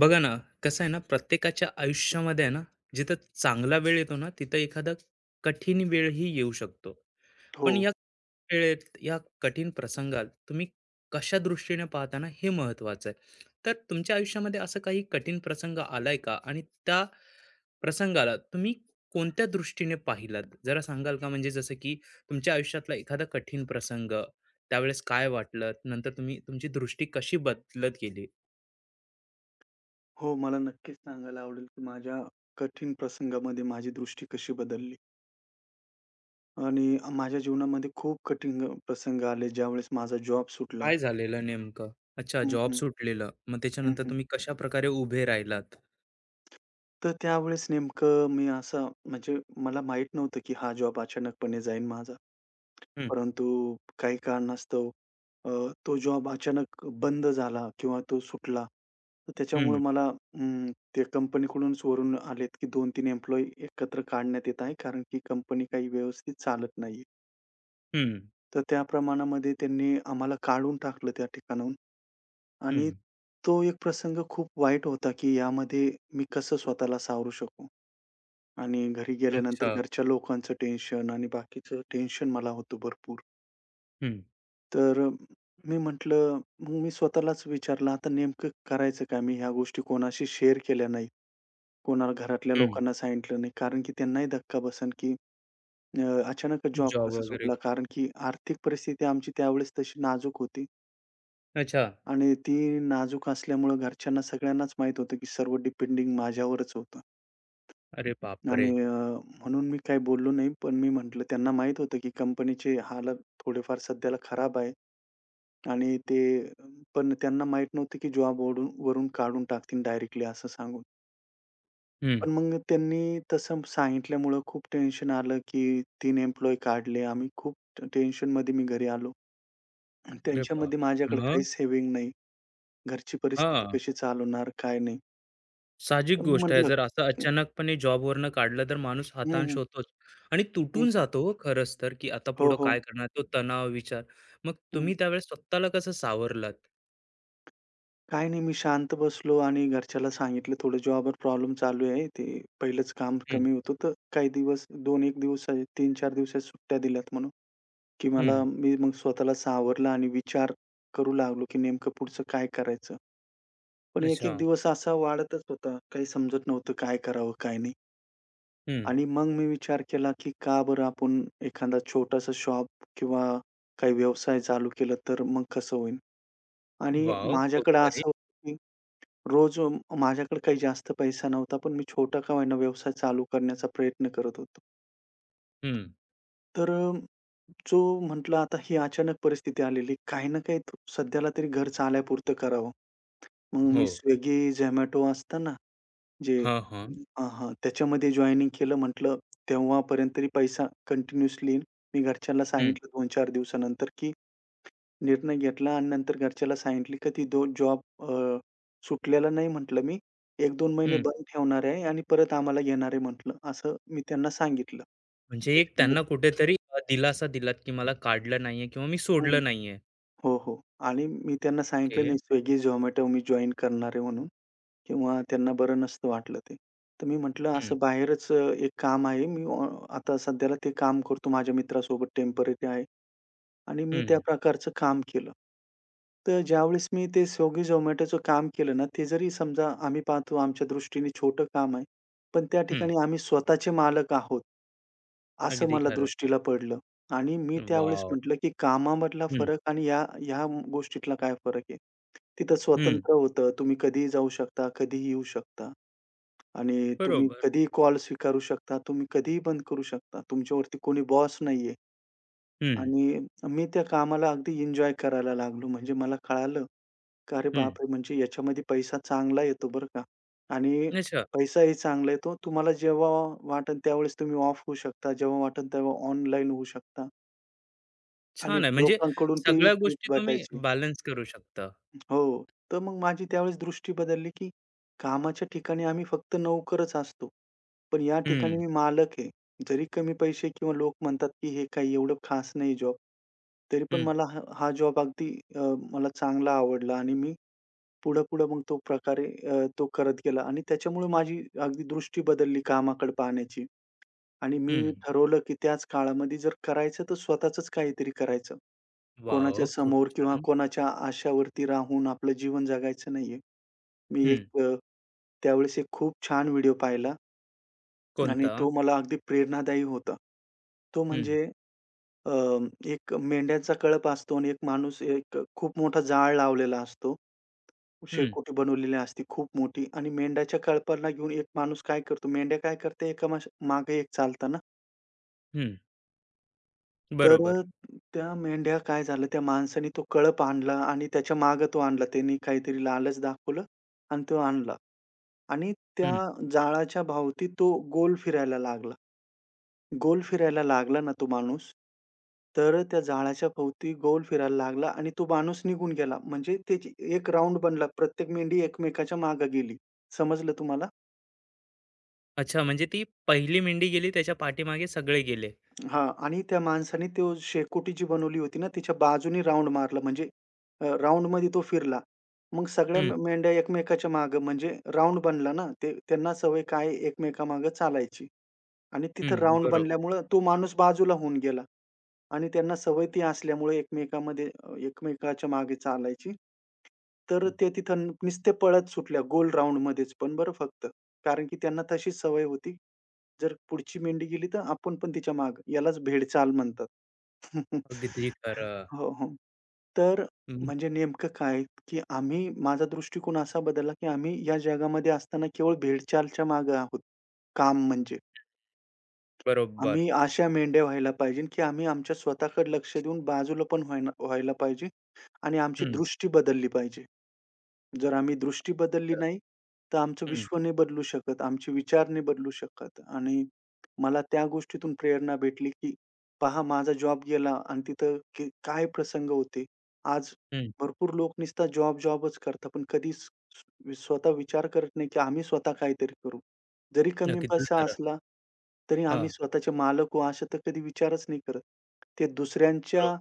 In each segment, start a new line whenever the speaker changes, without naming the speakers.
बघा ना, कसं आहे ना, प्रत्येकाच्या आयुष्यामध्ये आहे ना, जिथं चांगला वेळ येतो ना, तिथं एखादा कठीण वेळही येऊ शकतो.
हो.
पण या वेळेत, या कठीण प्रसंगात तुम्ही कशा दृष्टीने पाहता ना, हे महत्त्वाचं आहे. तर तुमच्या आयुष्यामध्ये असं काही कठीण प्रसंग आलाय का? आणि त्या प्रसंगाला तुम्ही कोणत्या दृष्टीने पाहिलात? जरा सांगाल का? म्हणजे जसं की तुमच्या आयुष्यातला एखादा कठीण प्रसंग, त्यावेळेस काय वाटलं? नंतर तुम्ही तुमची दृष्टी कशी बदलत गेली?
हो, मला नक्कीच सांगायला आवडेल, की माझ्या कठीण प्रसंगामध्ये माझी दृष्टी कशी बदलली आणि माझ्या जीवनामध्ये खूप कठीण प्रसंग आले, ज्यावेळेस माझा जॉब सुटला.
काय झालेलं नेमकं? अच्छा,
हं,
जॉब
हं.
सुटलेलं. मग
हं,
त्याच्यानंतर
हं.
तुम्ही कशाप्रकारे उभे राहिलात?
तर त्यावेळेस नेमकं मी असा म्हणजे मला माहीत नव्हतं, की हा जॉब अचानकपणे जाईन माझा.
हं,
परंतु काही कारणास्तव अ, तो जॉब अचानक बंद झाला किंवा तो सुटला. तर त्याच्यामुळे
हं,
मला त्या कंपनीकडूनच वरून आलेत, की 2-3 एम्प्लॉयी एकत्र काढण्यात येत आहे, कारण की कंपनी काही व्यवस्थित चालत नाहीये.
हं,
तर त्या प्रमाणामध्ये त्यांनी आम्हाला काढून टाकलं त्या ठिकाणाहून आणि
हं.
तो एक प्रसंग खूप वाईट होता, की यामध्ये मी कसं स्वतःला सावरू शकू? आणि घरी गेल्यानंतर
अच्छा.
घरच्या लोकांचं टेन्शन आणि बाकीचं टेन्शन मला होतं भरपूर.
हं,
तर मी म्हटलं मग मी स्वतःलाच विचारलं, आता नेमकं करायचं काय? मी ह्या गोष्टी कोणाशी शेअर केल्या नाहीत. कोणाला घरातल्या
हं.
लोकांना सांगितलं नाही. कारण की त्यांनाही धक्का बसेल, की अ, अचानकच जॉब
जॉब
कसा
वगैरे.
सुटला? कारण की आर्थिक परिस्थिती आमची त्यावेळेस तशी नाजूक होती
अच्छा.
आणि ती नाजूक असल्यामुळं घरच्यांना सगळ्यांनाच माहीत होतं, की सर्व डिपेंडिंग माझ्यावरच होतं.
अरे बापरे!
आणि म्हणून मी काही बोललो नाही. पण मी म्हटलं त्यांना माहीत होतं, की कंपनीचे हालत थोडेफार सध्याला खराब आहे. आणि ते पण त्यांना माहीत नव्हतं, की जॉब वरून काढून टाकतील डायरेक्टली असं सांगून.
हं.
पण मग त्यांनी तसं सांगितल्यामुळं खूप टेन्शन आलं, की तीन एम्प्लॉयी काढले. आम्ही खूप टेन्शनमध्ये मी घरी आलो.
अरे
त्यांच्यामध्ये
बापरे!
माझ्याकडे
मग?
काहीच सेव्हिंग नाही. घरची परिस्थिती
हां.
कशी चालवणार, काय नाही.
साहजिक
तर मी
गोष्ट आहे.
म्हटलं
जर असं
हं,
अचानकपणे जॉबवरनं काढलं तर माणूस हताश
हं,
होतोच आणि
हं.
तुटून जातो हो खरंच तर, की आता
हो,
पुढं
हो.
काय करणार? तो तणाव, विचार. मग तुम्ही त्यावेळेस स्वतःला कसं सावरलात?
काही नाही, मी शांत बसलो आणि घरच्याला सांगितलं, "थोडं जॉबवर प्रॉब्लेम चालू आहे. ते पहिलंच काम
हं,
कमी होतं, तर काही दिवस दोन एक दिवस तीन चार दिवसाच्या सुट्ट्या दिल्यात म्हणून." की मला
हं.
मी मग स्वतःला सावरलं आणि विचार करू लागलो, की नेमकं पुढचं काय करायचं? पण एक-एक
अच्छा.
दिवस असा वाढतच होता. काही समजत नव्हतं काय करावं, काय नाही.
हं.
आणि मग मी विचार केला, की का बरं आपण एखादा छोटासा शॉप किंवा काही व्यवसाय चालू केला तर मग कसं होईल? आणि
वॉव! खूप
माझ्याकडे
भारी.
असं होतं रोज माझ्याकडे काही जास्त पैसा नव्हता, पण मी छोटा का होईना व्यवसाय चालू करण्याचा प्रयत्न करत होतो.
हं.
तर जो म्हटलं आता ही अचानक परिस्थिती आलेली, काही ना काही सध्याला तरी घर चालायपुरतं करावं. मग मी
हो.
Swiggy, Zomato असतं ना, जे
हां, हां.
हां, हां, त्याच्यामध्ये जॉइनिंग केलं. म्हटलं तेव्हापर्यंत तरी पैसा कंटिन्यूअसली मी घरच्यांना
हं,
सांगितलं 2-4 दिवसानंतर, की निर्णय घेतला आणि नंतर घरच्याला सांगितली की ती जॉब सुटलेला नाही म्हटलं मी. 1 दोन महिने
हं.
बंद ठेवणार आहे आणि परत आम्हाला घेणार आहे म्हटलं, असं मी त्यांना सांगितलं.
म्हणजे एक
त्याच्यामुळे
त्यांना कुठेतरी दिलासा दिलात, की मला काढलं नाहीये किंवा मी
हं.
सोडलं नाहीये.
हो, हो. आणि मी त्यांना सांगितलं
ओके.
नाही Swiggy, Zomato मी जॉइन करणार आहे म्हणून किंवा त्यांना बरं नसतं वाटलं ते. तर मी म्हटलं
हं,
असं बाहेरच एक काम आहे मी आता सध्याला ते काम करतो माझ्या मित्रासोबत टेम्पररी आहे आणि मी
हं,
त्या प्रकारचं काम केलं. तर ज्यावेळेस मी ते Swiggy, Zomatoचं काम केलं ना, ते जरी समजा आम्ही पाहतो आमच्या दृष्टीने छोटं काम आहे. पण त्या
हं.
ठिकाणी आम्ही स्वतःचे मालक आहोत, असं
अगदी
मला
खरं.
दृष्टीला पडलं आणि मी त्यावेळेस
वॉव!
म्हटलं, की कामामधला
हं,
फरक आणि या ह्या गोष्टीतला काय फरक आहे? तिथं
हं.
स्वतंत्र होतं. तुम्ही कधीही जाऊ शकता, कधीही येऊ शकता आणि तुम्ही
बरोबर.
कधीही कॉल स्वीकारू शकता, तुम्ही कधीही बंद करू शकता. तुमच्यावरती कोणी बॉस नाहीये
हं,
आणि मी त्या कामाला अगदी एन्जॉय करायला लागलो. म्हणजे मला कळालं, का अरे
हं.
बापरे! म्हणजे याच्यामध्ये पैसा चांगला येतो बरं का आणि
अच्छा.
पैसाही चांगला येतो. तुम्हाला जेव्हा वाटेल त्यावेळेस तुम्ही ऑफ होऊ शकता. जेव्हा वाटेल तेव्हा ऑनलाईन होऊ शकता आणि
छान आहे. म्हणजे
लोकांकडून ती
सगळ्या
टीप
गोष्टी तुम्ही
भेटायची.
बॅलन्स करू शकता.
हो. तर मग माझी त्यावेळेस दृष्टी बदलली, की कामाच्या ठिकाणी आम्ही फक्त नोकरच असतो. पण या ठिकाणी
हं,
मी मालक आहे. जरी कमी पैसे किंवा लोक म्हणतात, की हे काही एवढं खास नाही जॉब. तरी पण
हं,
मला हा जॉब अगदी अ, मला चांगला आवडला आणि मी पुढं-पुढं मग तो प्रकारे तो करत गेला आणि त्याच्यामुळे माझी अगदी दृष्टी बदलली कामाकडे पाहण्याची आणि मी
हं.
ठरवलं, की त्याच काळामध्ये जर करायचं तर स्वतःचंच काहीतरी करायचं. कोणाच्या
वॉव! खूप
समोर किंवा
छान.
कोणाच्या आशावरती राहून आपलं जीवन जगायचं नाहीये. मी एक
हं.
त्यावेळेस एक खूप छान व्हिडिओ पाहिला आणि
कोणता?
तो मला अगदी प्रेरणादायी होता. तो
हं,
म्हणजे अ, एक मेंढ्यांचा कळप असतो आणि एक माणूस एक खूप मोठा जाळ लावलेला असतो.
हं,
शेकोटी बनवलेली असते खूप मोठी आणि मेंढ्याच्या कळपाला घेऊन एक माणूस काय करतो, मेंढ्या काय करते एका माश मागे एक चालताना.
हं.
तर
बरोबर.
त्या मेंढ्या काय झालं त्या माणसाने तो कळप आणला आणि त्याच्या मागे तो आणला. त्यांनी काहीतरी लालच दाखवलं आणि तो आणला आणि त्या
हं.
जाळाच्या भोवती तो गोल फिरायला लागला. गोल फिरायला लागला ना तो माणूस, तर त्या झाडाच्या भोवती गोल फिरायला लागला आणि तो माणूस निघून गेला. म्हणजे त्याची एक राउंड बनला. प्रत्येक मेंढी एकमेकाच्या मागे गेली. समजलं तुम्हाला?
अच्छा म्हणजे ती पहिली मेंढी गेली त्याच्या पाठीमागे सगळे गेले.
हां. आणि त्या माणसाने तो शेकोटी जी बनवली होती ना, तिच्या बाजूने राउंड मारला. म्हणजे राउंडमध्ये तो फिरला. मग सगळ्या
हं,
मेंढ्या एकमेकाच्या मागे म्हणजे राउंड बनला ना. ते त्यांना सवय काय एकमेकामागे चालायची. आणि तिथं
हं.
राउंड
बरोबर.
बनल्यामुळं तो माणूस बाजूला होऊन गेला आणि त्यांना सवय ती असल्यामुळे एकमेकांमध्ये एकमेकाच्या मागे चालायची. तर
हं,
ते तिथं नुसते पळत सुटल्या गोल राउंडमध्येच पण बरं फक्त. कारण की त्यांना तशी सवय होती. जर पुढची मेंढी गेली तर आपण पण तिच्या मागे. यालाच भेडचाल म्हणतात.
अगदी खरं.
हो, हो. तर
हं,
म्हणजे नेमकं काय, की आम्ही माझा दृष्टिकोन असा बदलला, की आम्ही या जगामध्ये असताना केवळ भेडचालच्या मागे आहोत. काम म्हणजे.
बरोबर.
आम्ही अशा मेंढ्या व्हायला पाहिजे, की आम्ही आमच्या स्वतःकडे लक्ष देऊन बाजूला पण व्हायला व्हायला पाहिजे आणि आमची
हं,
दृष्टी बदलली पाहिजे. जर आम्ही दृष्टी बदलली
खरं.
नाही, तर आमचं
हं,
विश्व नाही बदलू शकत, आमचे विचार नाही बदलू शकत आणि मला त्या गोष्टीतून प्रेरणा भेटली, की पहा माझा जॉब गेला आणि तिथं की काय प्रसंग होते. आज
हं.
भरपूर लोक नुसता जॉब, जॉबच करतात, पण कधीच स्वतः विचार करत नाही, की आम्ही स्वतः काहीतरी करू. जरी कमी
अगदी
पैसा
खरं.
असला, तरी आम्ही
हां,
स्वतःचे मालक होऊ असा तर कधी विचारच नाही करत. ते दुसऱ्यांच्या
बरोबर.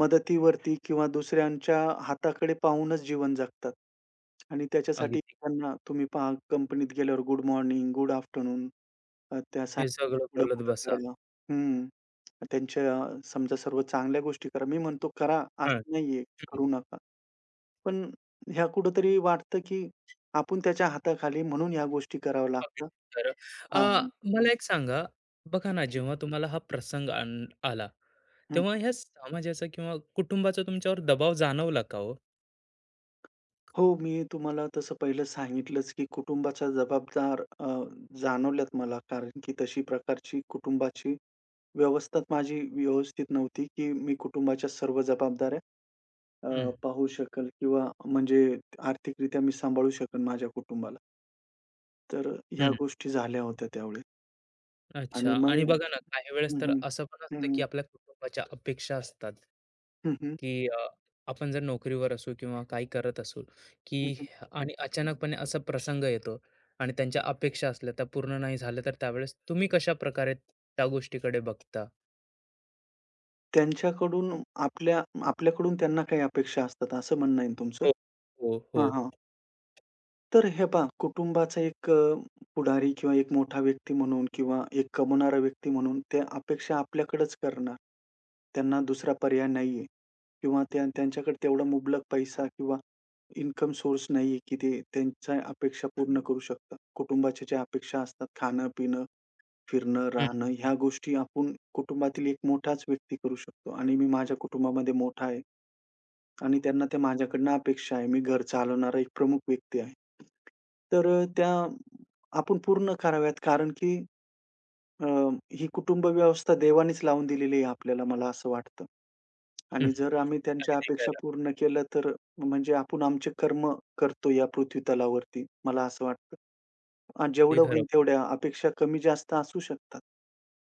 मदतीवरती किंवा दुसऱ्यांच्या हाताकडे पाहूनच जीवन जगतात आणि
अगदी
त्याच्यासाठी
खरं.
त्यांना तुम्ही पहा कंपनीत गेल्यावर गुड मॉर्निंग, गुड आफ्टरनून त्या
हे
सायनच्या
सगळं बोलत
पुढं-पुढं
बसा.
करा. हं. त्यांच्या समजा सर्व चांगल्या गोष्टी करा. मी म्हणतो करा,
हां,
असं नाहीये करू नका. पण ह्या कुठेतरी वाटतं, की आपण त्याच्या हाताखाली म्हणून ह्या गोष्टी कराव्या
अगदी
लागतात.
खरं. अ,
हां.
मला एक सांगा, बघा ना, जेव्हा तुम्हाला हा प्रसंग आला, तेव्हा ह्या समाजाचा किंवा कुटुंबाचा तुमच्यावर दबाव जाणवला का हो?
हो, मी तुम्हाला तसं पहिलं सांगितलंच, की कुटुंबाचा जबाबदार जाणवल्यात मला. कारण की तशी प्रकारची कुटुंबाची व्यवस्था माझी व्यवस्थित नव्हती, की मी कुटुंबाच्या सर्व जबाबदाऱ्या
हं,
पाहू शकेल किंवा म्हणजे आर्थिकरित्या मी सांभाळू शकेन माझ्या कुटुंबाला. तर ह्या
हं.
गोष्टी झाल्या होत्या त्यावेळी.
अच्छा
आणि मग
आणि बघा
हं,
ना, काही वेळेस तर
हं.
असं पण
हं,
असतं,
हं.
की आपल्या कुटुंबाच्या अपेक्षा असतात,
हं, हं.
की आपण जर नोकरीवर असू किंवा काही करत असू, की
हं,
आणि अचानकपणे असा प्रसंग येतो आणि त्यांच्या अपेक्षा असल्या त्या पूर्ण नाही झाल्या, तर त्यावेळेस तुम्ही कशाप्रकारे त्या गोष्टीकडे बघता?
त्यांच्याकडून आपल्या आपल्याकडून त्यांना काही अपेक्षा असतात असं म्हणणं आहे तुमचं?
हो, हो, हो.
हां, हां. तर हे पहा, कुटुंबाचा एक पुढारी किंवा एक मोठा व्यक्ती म्हणून किंवा एक कमवणारा व्यक्ती म्हणून त्या अपेक्षा आपल्याकडंच करणार. त्यांना दुसरा पर्याय नाहीये किंवा त्या त्यांच्याकडे तेवढा मुबलक पैसा किंवा इन्कम सोर्स नाहीये, की ते त्यांच्या अपेक्षा पूर्ण करू शकतात. कुटुंबाच्या ज्या अपेक्षा असतात, खाणं-पिणं, फिरणं,
हं,
राहणं ह्या गोष्टी आपण कुटुंबातील एक मोठाच व्यक्ती करू शकतो आणि मी माझ्या कुटुंबामध्ये मोठा आहे. आणि त्यांना त्या माझ्याकडनं अपेक्षा आहे. मी घर चालवणारा एक प्रमुख व्यक्ती आहे. तर त्या आपण पूर्ण कराव्यात कारण की अ, ही कुटुंब व्यवस्था देवानेच लावून दिलेली आहे आपल्याला, मला असं वाटतं.
हं.
आणि जर आम्ही त्यांच्या
अगदी
अपेक्षा
खरं,
पूर्ण केल्या तर म्हणजे आपण आमचे कर्म करतो या पृथ्वी तलावरती, मला असं वाटतं.
अगदी
जेवढं
खरं.
होईल तेवढ्या अपेक्षा कमी जास्त असू शकतात.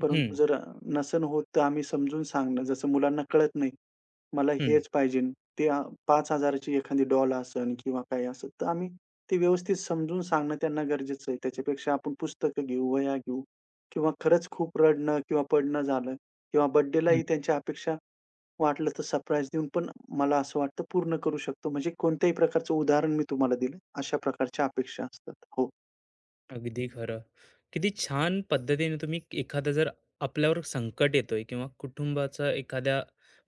परंतु
हं,
जर नसेन होत तर आम्ही समजून सांगणं, जसं मुलांना कळत नाही, मला हेच पाहिजे. ते 5,000 ची एखादी डॉल असेल किंवा काही असेल, तर आम्ही ते व्यवस्थित समजून सांगणं त्यांना गरजेचं आहे. त्याच्यापेक्षा आपण पुस्तकं घेऊ, वह्या घेऊ किंवा खरंच खूप रडणं किंवा पडणं झालं किंवा
हं.
बर्थडेलाही त्यांच्या अपेक्षा वाटलं तर सरप्राईज देऊन पण मला असं वाटतं पूर्ण करू शकतो. म्हणजे कोणत्याही प्रकारचं उदाहरण मी तुम्हाला दिलं. अशा प्रकारच्या अपेक्षा असतात. हो.
अगदी खरं. किती छान पद्धतीने तुम्ही एखादं जर आपल्यावर संकट येतोय किंवा कुटुंबाचा एखाद्या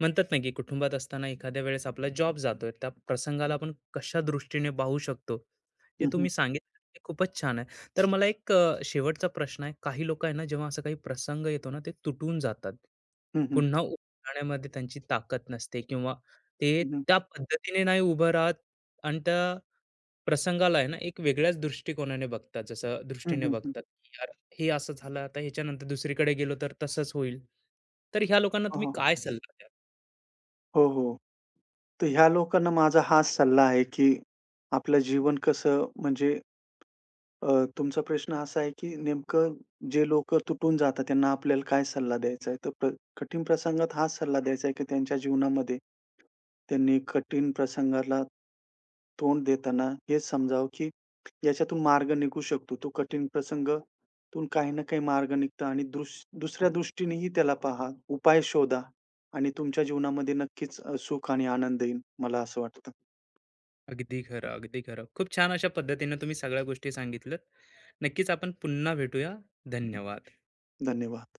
म्हणतात ना, की कुटुंबात असताना एखाद्या वेळेस आपला जॉब जातोय, त्या प्रसंगाला आपण कशा दृष्टीने पाहू शकतो, जे
हं, हं.
तुम्ही सांगितलं ते खूपच छान आहे. तर मला एक शेवटचा प्रश्न आहे. काही लोकं आहे ना, जेव्हा असा काही प्रसंग येतो ना, ते तुटून जातात.
हं, हं.
पुन्हा उभं राहण्यामध्ये त्यांची ताकद नसते किंवा ते
हं, हं.
त्या पद्धतीने नाही उभं राहत आणि त्या प्रसंगाला आहे ना, एक वेगळ्याच दृष्टिकोनाने बघतात. जसं
हं,
दृष्टीने
हं, हं.
बघतात, की "यार, हे असं झालं, आता ह्याच्यानंतर दुसरीकडे गेलो तर तसंच होईल." तर ह्या लोकांना
हो,
तुम्ही
हो.
काय सल्ला द्याल?
हो, हो. तर ह्या लोकांना माझा हाच सल्ला आहे, की आपलं जीवन कसं म्हणजे तुमचा प्रश्न असा आहे, की नेमकं जे लोकं तुटून जातात त्यांना आपल्याला काय सल्ला द्यायचा आहे? तर कठीण प्रसंगात हाच सल्ला द्यायचा आहे, की त्यांच्या जीवनामध्ये त्यांनी कठीण प्रसंगाला तोंड देताना हेच समजावं, की याच्यातून मार्ग निघू शकतो. तो कठीण प्रसंगातून काही ना काही मार्ग निघतो आणि दुसऱ्या दृष्टीनेही त्याला पहा, उपाय शोधा आणि तुमच्या जीवनामध्ये नक्कीच सुख आणि आनंद येईल. मला असं वाटतं.
अगदी खरं, अगदी खरं. खूप छान अशा पद्धतीने तुम्ही सगळ्या गोष्टी सांगितल्यात. नक्कीच आपण पुन्हा भेटूया. धन्यवाद.
धन्यवाद.